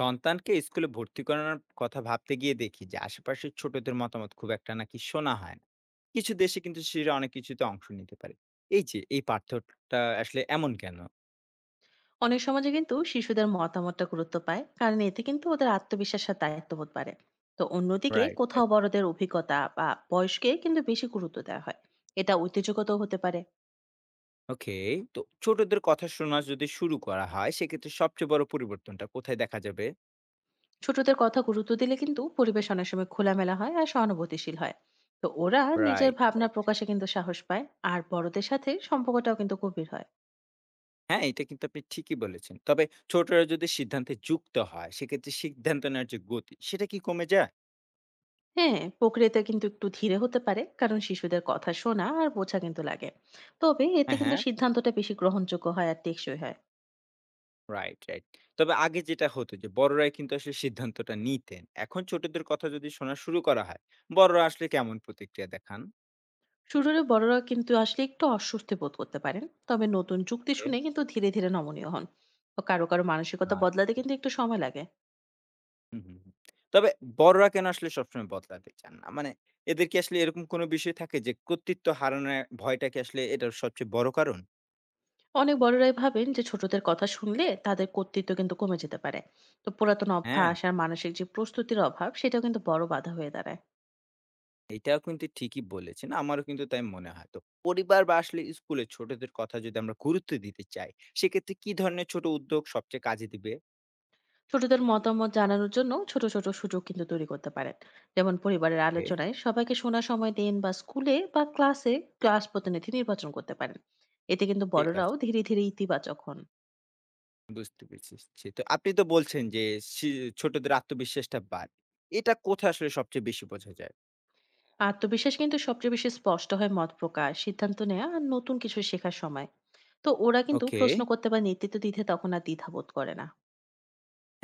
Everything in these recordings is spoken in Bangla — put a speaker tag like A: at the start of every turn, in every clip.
A: সন্তানকে স্কুলে ভর্তি করানোর কথা ভাবতে গিয়ে দেখি যে আশেপাশের ছোটদের মতামত খুব একটা নাকি শোনা হয় না। কিছু দেশে কিন্তু শিশুরা অনেক কিছুতে অংশ নিতে পারে। এই যে এই পার্থক্যটা আসলে এমন কেন?
B: অনেক সমাজে কিন্তু শিশুদের মতামতটা গুরুত্ব পায়, কারণ এতে কিন্তু ওদের আত্মবিশ্বাস আর দায়িত্ববোধ বাড়ে। তো অন্যদিকে
A: রাইট,
B: কোথাও
A: রাইট।
B: বড়দের অভিজ্ঞতা বা বয়সকে কিন্তু বেশি গুরুত্ব দেওয়া হয়। এটা ঐতিহ্যগত হতে পারে।
A: ওকে। তো ছোটদের কথা শোনা যদি শুরু করা হয় সেক্ষেত্রে সবচেয়ে বড় পরিবর্তনটা কোথায় দেখা যাবে?
B: ছোটদের কথা গুরুত্ব দিলে কিন্তু পরিবেশ অনেক সময় খোলামেলা হয় আর সহানুভূতিশীল হয়। তো ওরা নিজের
A: রাইট,
B: ভাবনা
A: রাইট।
B: প্রকাশে কিন্তু সাহস পায়। আর বড়দের সাথে সম্পর্কটাও কিন্তু গভীর হয়।
A: হ্যাঁ, এটা কিন্তু আপনি ঠিকই বলেছেন, তবে ছোটরা যদি সিদ্ধান্তে যুক্ত হয় সেক্ষেত্রে সিদ্ধান্ত নেওয়ার যে গতি সেটা কি কমে যায়?
B: হ্যাঁ, প্রক্রিয়াতে কিন্তু একটু ধীরে হতে পারে, কারণ শিশুদের কথা শোনা আর বোঝা কিন্তু লাগে। তবে এতে
A: হ্যাঁ,
B: কিন্তু
A: হ্যাঁ।
B: সিদ্ধান্তটা বেশি গ্রহণযোগ্য হয় আর টেকসই হয়।
A: Right, right. তবে আগে যেটা হতো যে বড়রাই কিন্তু আসলে সিদ্ধান্তটা নিতেন। এখন ছোটদের কথা যদি শোনা শুরু করা হয়, বড়রা আসলে কেমন প্রতিক্রিয়া দেখান?
B: শুরুরে বড়রা কিন্তু আসলে একটু অস্বস্তি বোধ করতে পারেন, তবে নতুন যুক্তি
A: ওকে।
B: শুনে কিন্তু ধীরে ধীরে নমনীয় হন। তো কারো কারো মানসিকতা
A: আর
B: বদলাতে কিন্তু একটু সময় লাগে।
A: হুম, হুম, হুম। তবে বড়রা কেন আসলে সবসময় বদলাতে চান না? মানে এদের কি আসলে এরকম কোনো বিষয় থাকে যে কর্তৃত্ব হারানোর ভয়টা কি আসলে এটার সবচেয়ে বড় কারণ?
B: অনেক বড়রাই ভাবেন যে ছোটদের কথা শুনলে তাদের কর্তৃত্ব কিন্তু কমে যেতে পারে। তো পুরাতন
A: হ্যাঁ।
B: অভ্যাস আর মানসিক যে প্রস্তুতির অভাব সেটাও কিন্তু বড় বাধা হয়ে দাঁড়ায়।
A: এটাও কিন্তু ঠিকই বলেছেন। আমারও কিন্তু তাই মনে হয়। তো পরিবার বা আসলে স্কুলে ছোটদের কথা যদি আমরা গুরুত্ব দিতে চাই, সেক্ষেত্রে কি ধরনের ছোট উদ্যোগ সবচেয়ে কাজে দিবে?
B: ছোটদের মতামত জানানোর জন্য ছোট ছোট সুযোগ কিন্তু তৈরি করতে পারেন। যেমন পরিবারের
A: ওকে।
B: আলোচনায় সবাইকে শোনার সময় দিন বা স্কুলে বা ক্লাসে ক্লাস প্রতিনিধি নির্বাচন করতে পারেন। এতে কিন্তু
A: ঠিক
B: বড়রাও
A: আছে।
B: ধীরে ধীরে ইতিবাচক হন।
A: বুঝতে পেরেছি। তো আপনি তো বলছেন যে সি ছোটদের আত্মবিশ্বাসটা বাড়ে। এটা কোথায় আসলে সবচেয়ে বেশি বোঝা যায়?
B: আত্মবিশ্বাস কিন্তু সবচেয়ে বেশি স্পষ্ট হয় মত প্রকাশ, সিদ্ধান্ত নেওয়া আর নতুন কিছু শেখার সময়। তো ওরা কিন্তু
A: ওকে।
B: প্রশ্ন করতে বা নেতৃত্ব দিতে তখন আর দ্বিধাবোধ করে না।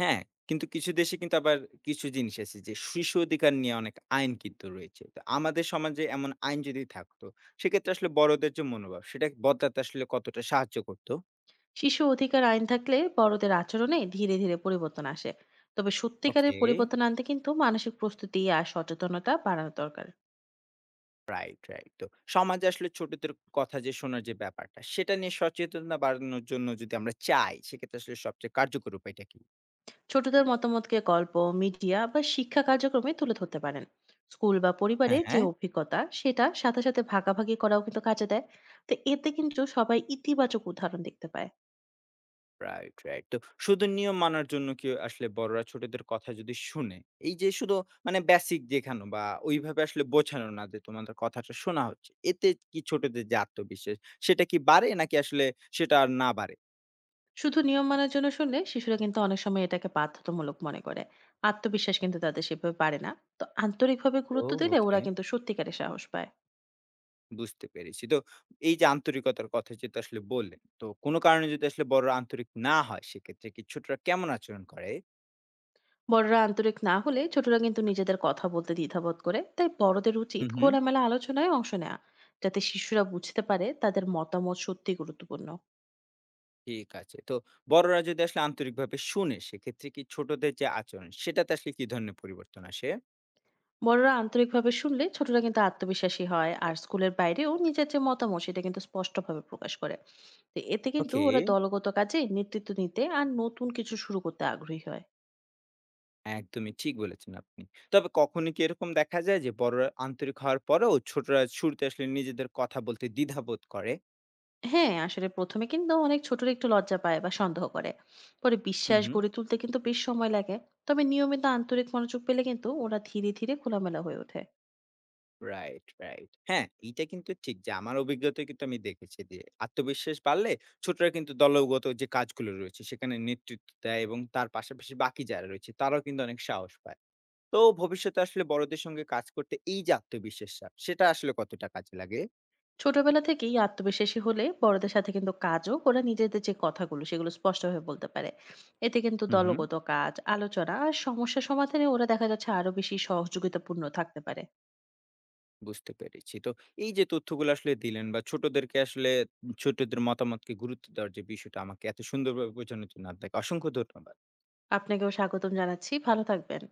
A: হ্যাঁ, কিন্তু কিছু দেশে কিন্তু আবার কিছু জিনিস আছে যে শিশু অধিকার নিয়ে অনেক আইন কিন্তু রয়েছে। তো আমাদের সমাজে এমন আইন যদি থাকতো, সেক্ষেত্রে আসলে বড়দের যে মনোভাব সেটা বদলাতে আসলে কতটা সাহায্য করতো?
B: শিশু অধিকার আইন থাকলে বড়দের আচরণে ধীরে ধীরে পরিবর্তন আসে। তবে সত্যিকারের
A: ওকে।
B: পরিবর্তন আনতে কিন্তু মানসিক প্রস্তুতি আর সচেতনতা বাড়ানো দরকার।
A: Right, right. তো সমাজে আসলে ছোটদের কথা যে শোনার যে ব্যাপারটা, সেটা নিয়ে সচেতনতা বাড়ানোর জন্য যদি আমরা চাই, সেক্ষেত্রে আসলে সবচেয়ে কার্যকর উপায়টা কি?
B: ছোটদের মতামতকে গল্প, মিডিয়া বা শিক্ষা কার্যক্রমে তুলে ধরতে পারেন। স্কুল বা
A: হ্যাঁ,
B: পরিবারের যে
A: হ্যাঁ।
B: অভিজ্ঞতা সেটা সাথে সাথে ভাগাভাগি করাও কিন্তু কাজে দেয়। তো এতে কিন্তু সবাই ইতিবাচক উদাহরণ দেখতে পায়।
A: Right, right. তো শুধু নিয়ম মানার জন্য কি আসলে বড়রা ছোটদের কথা যদি শুনে, এই যে শুধু মানে বেসিক দেখানো বা ওইভাবে আসলে বোঝানো না যে তোমাদের কথাটা শোনা হচ্ছে। এতে কি ছোটদের যে আত্মবিশ্বাস সেটা কি বাড়ে নাকি আসলে সেটা আর না বাড়ে?
B: শুধু নিয়ম মানার জন্য শুনলে শিশুরা কিন্তু অনেক সময় এটাকে বাধ্যতামূলক মনে করে। আত্মবিশ্বাস কিন্তু তাদের সেভাবে পারে না। তো আন্তরিকভাবে
A: ও
B: গুরুত্ব দিলে ওরা
A: ওকে।
B: কিন্তু সত্যিকারের সাহস পায়।
A: বুঝতে পেরেছি। তো এই যে আন্তরিকতার কথা যেটা আসলে বললেন, তো কোনো কারণে যদি আসলে বড়রা আন্তরিক না হয় সেক্ষেত্রে কি ছোটরা কেমন আচরণ করে?
B: বড়রা আন্তরিক না হলে ছোটরা কিন্তু নিজেদের কথা বলতে দ্বিধাবোধ করে, তাই বড়দের উচিত
A: হু, হু।
B: খোলামেলা আলোচনায় অংশ নেওয়া, যাতে শিশুরা বুঝতে পারে তাদের মতামত সত্যি গুরুত্বপূর্ণ।
A: ঠিক আছে। তো বড়রা যদি আসলে আন্তরিকভাবে শুনে, সেক্ষেত্রে কি ছোটদের যে আচরণ, সেটাতে আসলে কি ধরনের পরিবর্তন আসে?
B: বড়রা আন্তরিকভাবে শুনলে ছোটরা কিন্তু আত্মবিশ্বাসী হয় আর স্কুলের বাইরেও নিজের যে মতামত সেটা কিন্তু স্পষ্টভাবে প্রকাশ করে। তো এতে কিন্তু
A: ওকে,
B: ওরা দলগত কাজে নেতৃত্ব নিতে আর নতুন কিছু শুরু করতে আগ্রহী হয়।
A: একদমই ঠিক বলেছেন আপনি। তবে কখনো কি এরকম দেখা যায় যে বড়রা আন্তরিক হওয়ার পরেও ছোটরা শুরুতে আসলে নিজেদের কথা বলতে দ্বিধাবোধ করে?
B: হ্যাঁ, আসলে প্রথমে কিন্তু অনেক ছোটরা একটু লজ্জা পায় বা সন্দেহ করে। পরে
A: হুম,
B: বিশ্বাস
A: হুম।
B: গড়ে তুলতে কিন্তু বেশ সময় লাগে। তবে নিয়মিত আন্তরিক মনোযোগ পেলে কিন্তু ওরা ধীরে ধীরে খোলামেলা হয়ে ওঠে।
A: Right, right. হ্যাঁ, এইটা কিন্তু ঠিক যে আমার অভিজ্ঞতায় কিন্তু আমি দেখেছি যে আত্মবিশ্বাস বাড়লে ছোটরা কিন্তু দলগত যে কাজগুলো রয়েছে সেখানে নেতৃত্ব দেয় এবং তার পাশাপাশি বাকি যারা রয়েছে তারাও কিন্তু অনেক সাহস পায়। তো ভবিষ্যতে আসলে বড়দের সঙ্গে কাজ করতে এই যে আত্মবিশ্বাসটা, সেটা আসলে কতটা কাজে লাগে?
B: ছোটবেলা থেকেই আত্মবিশ্বাসী হলে বড়দের সাথে কিন্তু কাজও ওরা নিজেদের যে কথাগুলো সেগুলো স্পষ্টভাবে বলতে পারে। এতে কিন্তু
A: হুম, হুম।
B: দলগত কাজ, আলোচনা আর সমস্যা সমাধানে ওরা দেখা যাচ্ছে আরো বেশি সহযোগিতাপূর্ণ থাকতে পারে।
A: বুঝতে পেরেছি। তো এই যে তথ্যগুলো আসলে দিলেন বা ছোটদেরকে আসলে ছোটদের মতামতকে গুরুত্ব দেওয়ার যে বিষয়টা আমাকে এত সুন্দরভাবে বোঝানোর জন্য আপনাকে অসংখ্য ধন্যবাদ।
B: আপনাকেও স্বাগতম জানাচ্ছি, ভালো থাকবেন।